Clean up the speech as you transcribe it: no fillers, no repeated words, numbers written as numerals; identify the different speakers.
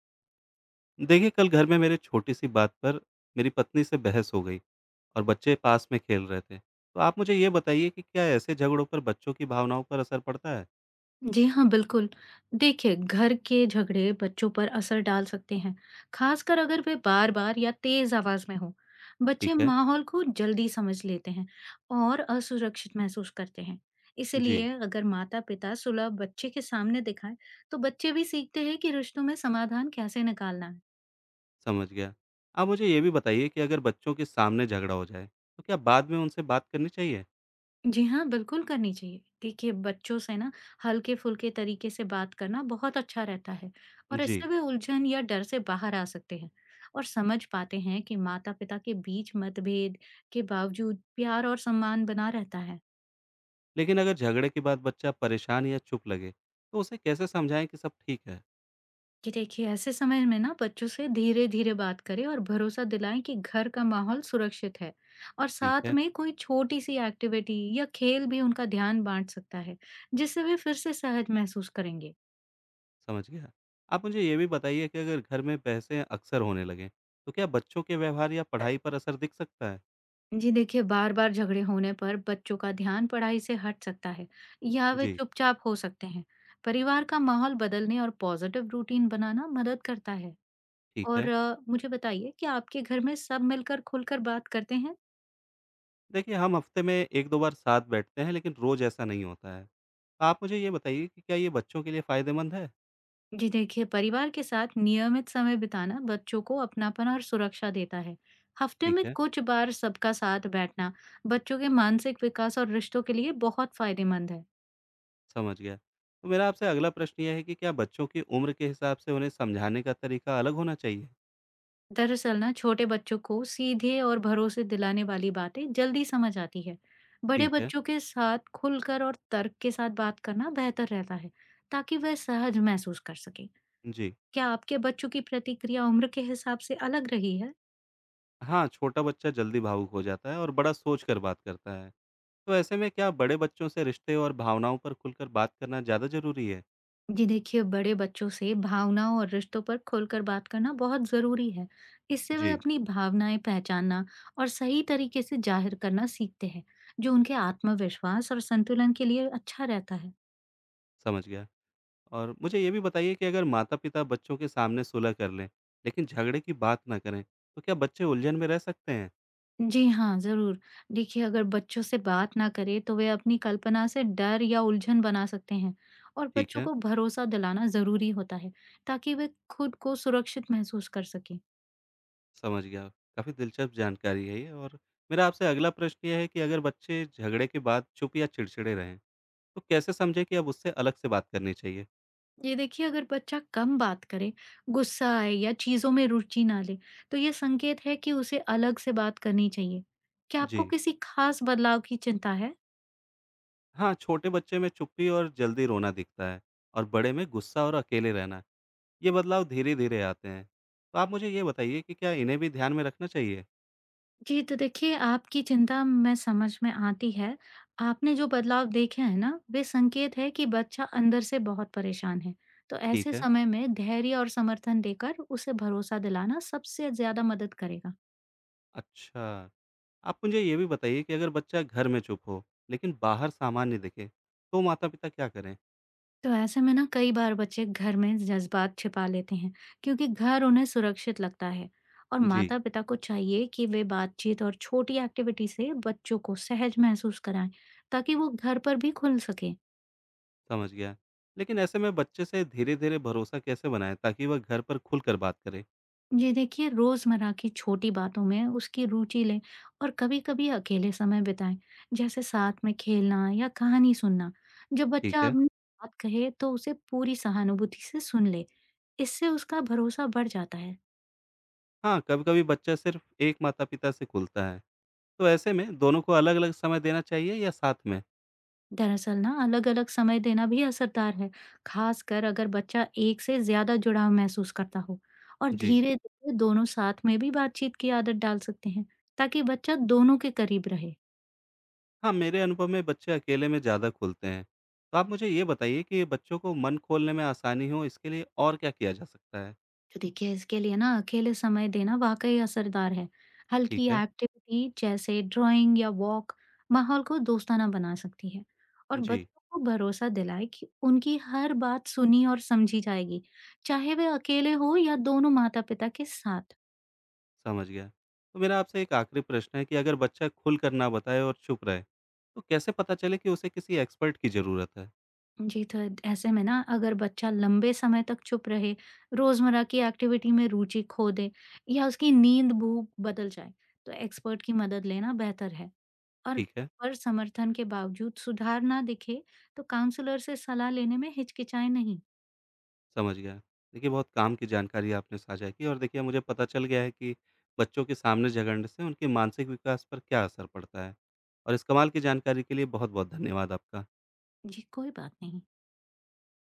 Speaker 1: देखिए, कल घर में मेरे छोटी-सी बात पर मेरी पत्नी से बहस हो गई और बच्चे पास में खेल रहे थे। तो आप मुझे ये बताइए कि क्या ऐसे झगड़ों पर बच्चों की भावनाओं पर असर पड़ता है?
Speaker 2: जी हाँ, बिल्कुल। देखिए, घर के झगड़े बच्चों पर असर डाल सकते हैं, खासकर अगर वे बार-बार या तेज़ आवाज़ में हों। बच्चे
Speaker 1: ठीक है।
Speaker 2: माहौल को जल्दी समझ लेते हैं और असुरक्षित महसूस करते हैं।
Speaker 1: जी,
Speaker 2: इसीलिए अगर माता-पिता सुलह बच्चे के सामने दिखाएं, तो बच्चे भी सीखते हैं कि रिश्तों में समाधान कैसे निकालना है।
Speaker 1: समझ गया। आप मुझे ये भी बताइए कि अगर बच्चों के सामने झगड़ा हो जाए, तो क्या बाद में उनसे बात करनी चाहिए?
Speaker 2: जी हाँ, बिल्कुल करनी चाहिए। देखिए, बच्चों से ना हल्के-फुल्के तरीके से बात करना बहुत अच्छा रहता है और
Speaker 1: जी,
Speaker 2: इससे वे उलझन या डर से बाहर आ सकते हैं और समझ पाते हैं कि माता-पिता के बीच मतभेद के बावजूद प्यार और सम्मान बना रहता है।
Speaker 1: लेकिन अगर झगड़े के बाद बच्चा परेशान या चुप लगे, तो उसे कैसे समझाएं कि सब ठीक है?
Speaker 2: कि देखिए, ऐसे समय में ना बच्चों से धीरे-धीरे बात करें और भरोसा दिलाएं कि घर का माहौल सुरक्षित है और
Speaker 1: ठीक
Speaker 2: साथ
Speaker 1: है,
Speaker 2: में कोई छोटी-सी एक्टिविटी या खेल भी उनका ध्यान बाँट सकता है, जिससे वे फिर से सहज महसूस करेंगे।
Speaker 1: समझ गया। आप मुझे ये भी बताइए कि अगर घर में बहसें अक्सर होने लगें, तो क्या बच्चों के व्यवहार या पढ़ाई पर असर दिख सकता है?
Speaker 2: जी देखिए, बार-बार झगड़े होने पर बच्चों का ध्यान पढ़ाई से हट सकता है या वे
Speaker 1: जी,
Speaker 2: चुपचाप हो सकते हैं। परिवार का माहौल बदलने और पॉजिटिव रूटीन बनाना मदद करता है।
Speaker 1: ठीक
Speaker 2: और
Speaker 1: है।
Speaker 2: मुझे बताइए कि आपके घर में सब मिलकर खुलकर बात करते हैं?
Speaker 1: देखिए, हम हफ़्ते में 1-2 बार साथ बैठते हैं, लेकिन रोज़ ऐसा नहीं होता है। आप मुझे ये बताइए कि क्या ये बच्चों के लिए फ़ायदेमंद है?
Speaker 2: जी देखिए, परिवार के साथ नियमित समय बिताना बच्चों को अपनापन और सुरक्षा देता है। हफ्ते
Speaker 1: ठीक
Speaker 2: में
Speaker 1: है,
Speaker 2: कुछ बार सबका साथ बैठना बच्चों के मानसिक विकास और रिश्तों के लिए बहुत फायदेमंद है।
Speaker 1: समझ गया। तो मेरा आपसे अगला प्रश्न ये है कि क्या बच्चों की उम्र के हिसाब से उन्हें समझाने का तरीका अलग होना चाहिए?
Speaker 2: दरअसल ना छोटे बच्चों को सीधे और भरोसे दिलाने वाली बातें जल्दी समझ आती है। बड़े
Speaker 1: ठीक है,
Speaker 2: बच्चों के साथ खुलकर और तर्क के साथ बात करना बेहतर रहता है, ताकि वह सहज महसूस कर सके।
Speaker 1: जी।
Speaker 2: क्या आपके बच्चों की प्रतिक्रिया उम्र के हिसाब से अलग रही है?
Speaker 1: हाँ, छोटा बच्चा जल्दी भावुक हो जाता है और बड़ा सोच कर बात करता है। तो ऐसे में क्या बड़े बच्चों से रिश्ते और भावनाओं पर खुलकर बात करना ज़्यादा ज़रूरी है?
Speaker 2: जी देखिए, बड़े बच्चों से भावनाओं और रिश्तों पर खुलकर बात करना बहुत जरूरी है। इससे वे
Speaker 1: जी,
Speaker 2: अपनी भावनाएं पहचानना और सही तरीके से जाहिर करना सीखते हैं, जो उनके आत्मविश्वास और संतुलन के लिए अच्छा रहता है।
Speaker 1: समझ गया। और मुझे ये भी बताइए कि अगर माता-पिता बच्चों के सामने सुलह कर लें, लेकिन झगड़े की बात ना करें, तो क्या बच्चे उलझन में रह सकते हैं?
Speaker 2: जी हाँ, ज़रूर। देखिए, अगर बच्चों से बात ना करें तो वे अपनी कल्पना से डर या उलझन बना सकते हैं और
Speaker 1: ठीक
Speaker 2: बच्चों
Speaker 1: है,
Speaker 2: को भरोसा दिलाना ज़रूरी होता है, ताकि वे खुद को सुरक्षित महसूस कर सकें।
Speaker 1: समझ गया। काफ़ी दिलचस्प जानकारी है ये और मेरा आपसे अगला प्रश्न ये है कि अगर बच्चे झगड़े के बाद चुप या चिड़चिड़े रहें, तो कैसे समझें कि अब उससे अलग से बात करनी चाहिए?
Speaker 2: ये देखिए, अगर बच्चा कम बात करे, गुस्सा आए या चीज़ों में रुचि ना ले, तो ये संकेत है कि उसे अलग से बात करनी चाहिए। क्या आपको
Speaker 1: जी।
Speaker 2: किसी खास बदलाव की चिंता है?
Speaker 1: हाँ, छोटे बच्चे में चुप्पी और जल्दी रोना दिखता है और बड़े में गुस्सा और अकेले रहना, ये बदलाव धीरे-धीरे आते हैं। तो आप मुझे ये बताइए कि क्या इन्हें भी ध्यान में रखना चाहिए?
Speaker 2: जी, तो देखिए, आपकी चिंता मैं समझ में आती है। आपने जो बदलाव देखे हैं ना, वे संकेत है कि बच्चा अंदर से बहुत परेशान है। तो
Speaker 1: ठीक
Speaker 2: ऐसे
Speaker 1: है।
Speaker 2: समय में धैर्य और समर्थन देकर उसे भरोसा दिलाना सबसे ज़्यादा मदद करेगा।
Speaker 1: अच्छा। आप मुझे ये भी बताइए कि अगर बच्चा घर में चुप हो लेकिन बाहर सामान्य दिखे, तो माता पिता क्या करें?
Speaker 2: तो ऐसे में ना कई बार बच्चे घर में जज़्बात छिपा लेते हैं, क्योंकि घर उन्हें सुरक्षित लगता है। और
Speaker 1: जी,
Speaker 2: माता-पिता को चाहिए कि वे बातचीत और छोटी एक्टिविटी से बच्चों को सहज महसूस कराएँ, ताकि वो घर पर भी खुल सकें।
Speaker 1: समझ गया। लेकिन ऐसे में बच्चे से धीरे धीरे भरोसा कैसे बनाएं ताकि वह घर पर खुलकर बात करे?
Speaker 2: जी देखिए, रोज़मर्रा की छोटी बातों में उसकी रुचि लें और कभी-कभी अकेले समय बिताएं, जैसे साथ में खेलना या कहानी सुनना। जब
Speaker 1: ठीक
Speaker 2: बच्चा
Speaker 1: है।
Speaker 2: अपनी बात कहे, तो उसे पूरी सहानुभूति से सुन ले। इससे उसका भरोसा बढ़ जाता है।
Speaker 1: हाँ, कभी कभी बच्चा सिर्फ एक माता पिता से खुलता है, तो ऐसे में दोनों को अलग अलग समय देना चाहिए या साथ में?
Speaker 2: दरअसल ना, अलग-अलग समय देना भी असरदार है, खासकर अगर बच्चा एक से ज़्यादा जुड़ाव महसूस करता हो। और
Speaker 1: जी।
Speaker 2: धीरे-धीरे दोनों साथ में भी बातचीत की आदत डाल सकते हैं, ताकि बच्चा दोनों के करीब रहे।
Speaker 1: हाँ, मेरे अनुभव में बच्चे अकेले में ज़्यादा खुलते हैं, तो आप मुझे ये बताइए कि बच्चों को मन खोलने में आसानी हो, इसके लिए और क्या किया जा सकता है?
Speaker 2: तो देखिए, इसके लिए ना अकेले समय देना वाकई असरदार है। हल्की
Speaker 1: ठीक है।
Speaker 2: एक्टिविटी जैसे ड्राइंग या वॉक माहौल को दोस्ताना बना सकती है और
Speaker 1: जी,
Speaker 2: बच्चों को भरोसा दिलाए कि उनकी हर बात सुनी और समझी जाएगी, चाहे वे अकेले हो या दोनों माता-पिता के साथ।
Speaker 1: समझ गया। तो मेरा आपसे एक आखिरी प्रश्न है कि अगर बच्चा खुलकर ना बताए और चुप रहे, तो कैसे पता चले कि उसे किसी एक्सपर्ट की ज़रूरत है?
Speaker 2: जी, तो ऐसे में ना अगर बच्चा लंबे समय तक चुप रहे, रोजमर्रा की एक्टिविटी में रुचि खो दे या उसकी नींद भूख बदल जाए, तो एक्सपर्ट की मदद लेना बेहतर है। और
Speaker 1: ठीक है,
Speaker 2: पर समर्थन के बावजूद सुधार ना दिखे, तो काउंसलर से सलाह लेने में हिचकिचाए नहीं।
Speaker 1: समझ गया। देखिए, बहुत काम की जानकारी आपने साझा की और देखिए, मुझे पता चल गया है कि बच्चों के सामने झगड़ने से उनके मानसिक विकास पर क्या असर पड़ता है और इस कमाल की जानकारी के लिए बहुत-बहुत धन्यवाद आपका।
Speaker 2: जी कोई बात नहीं।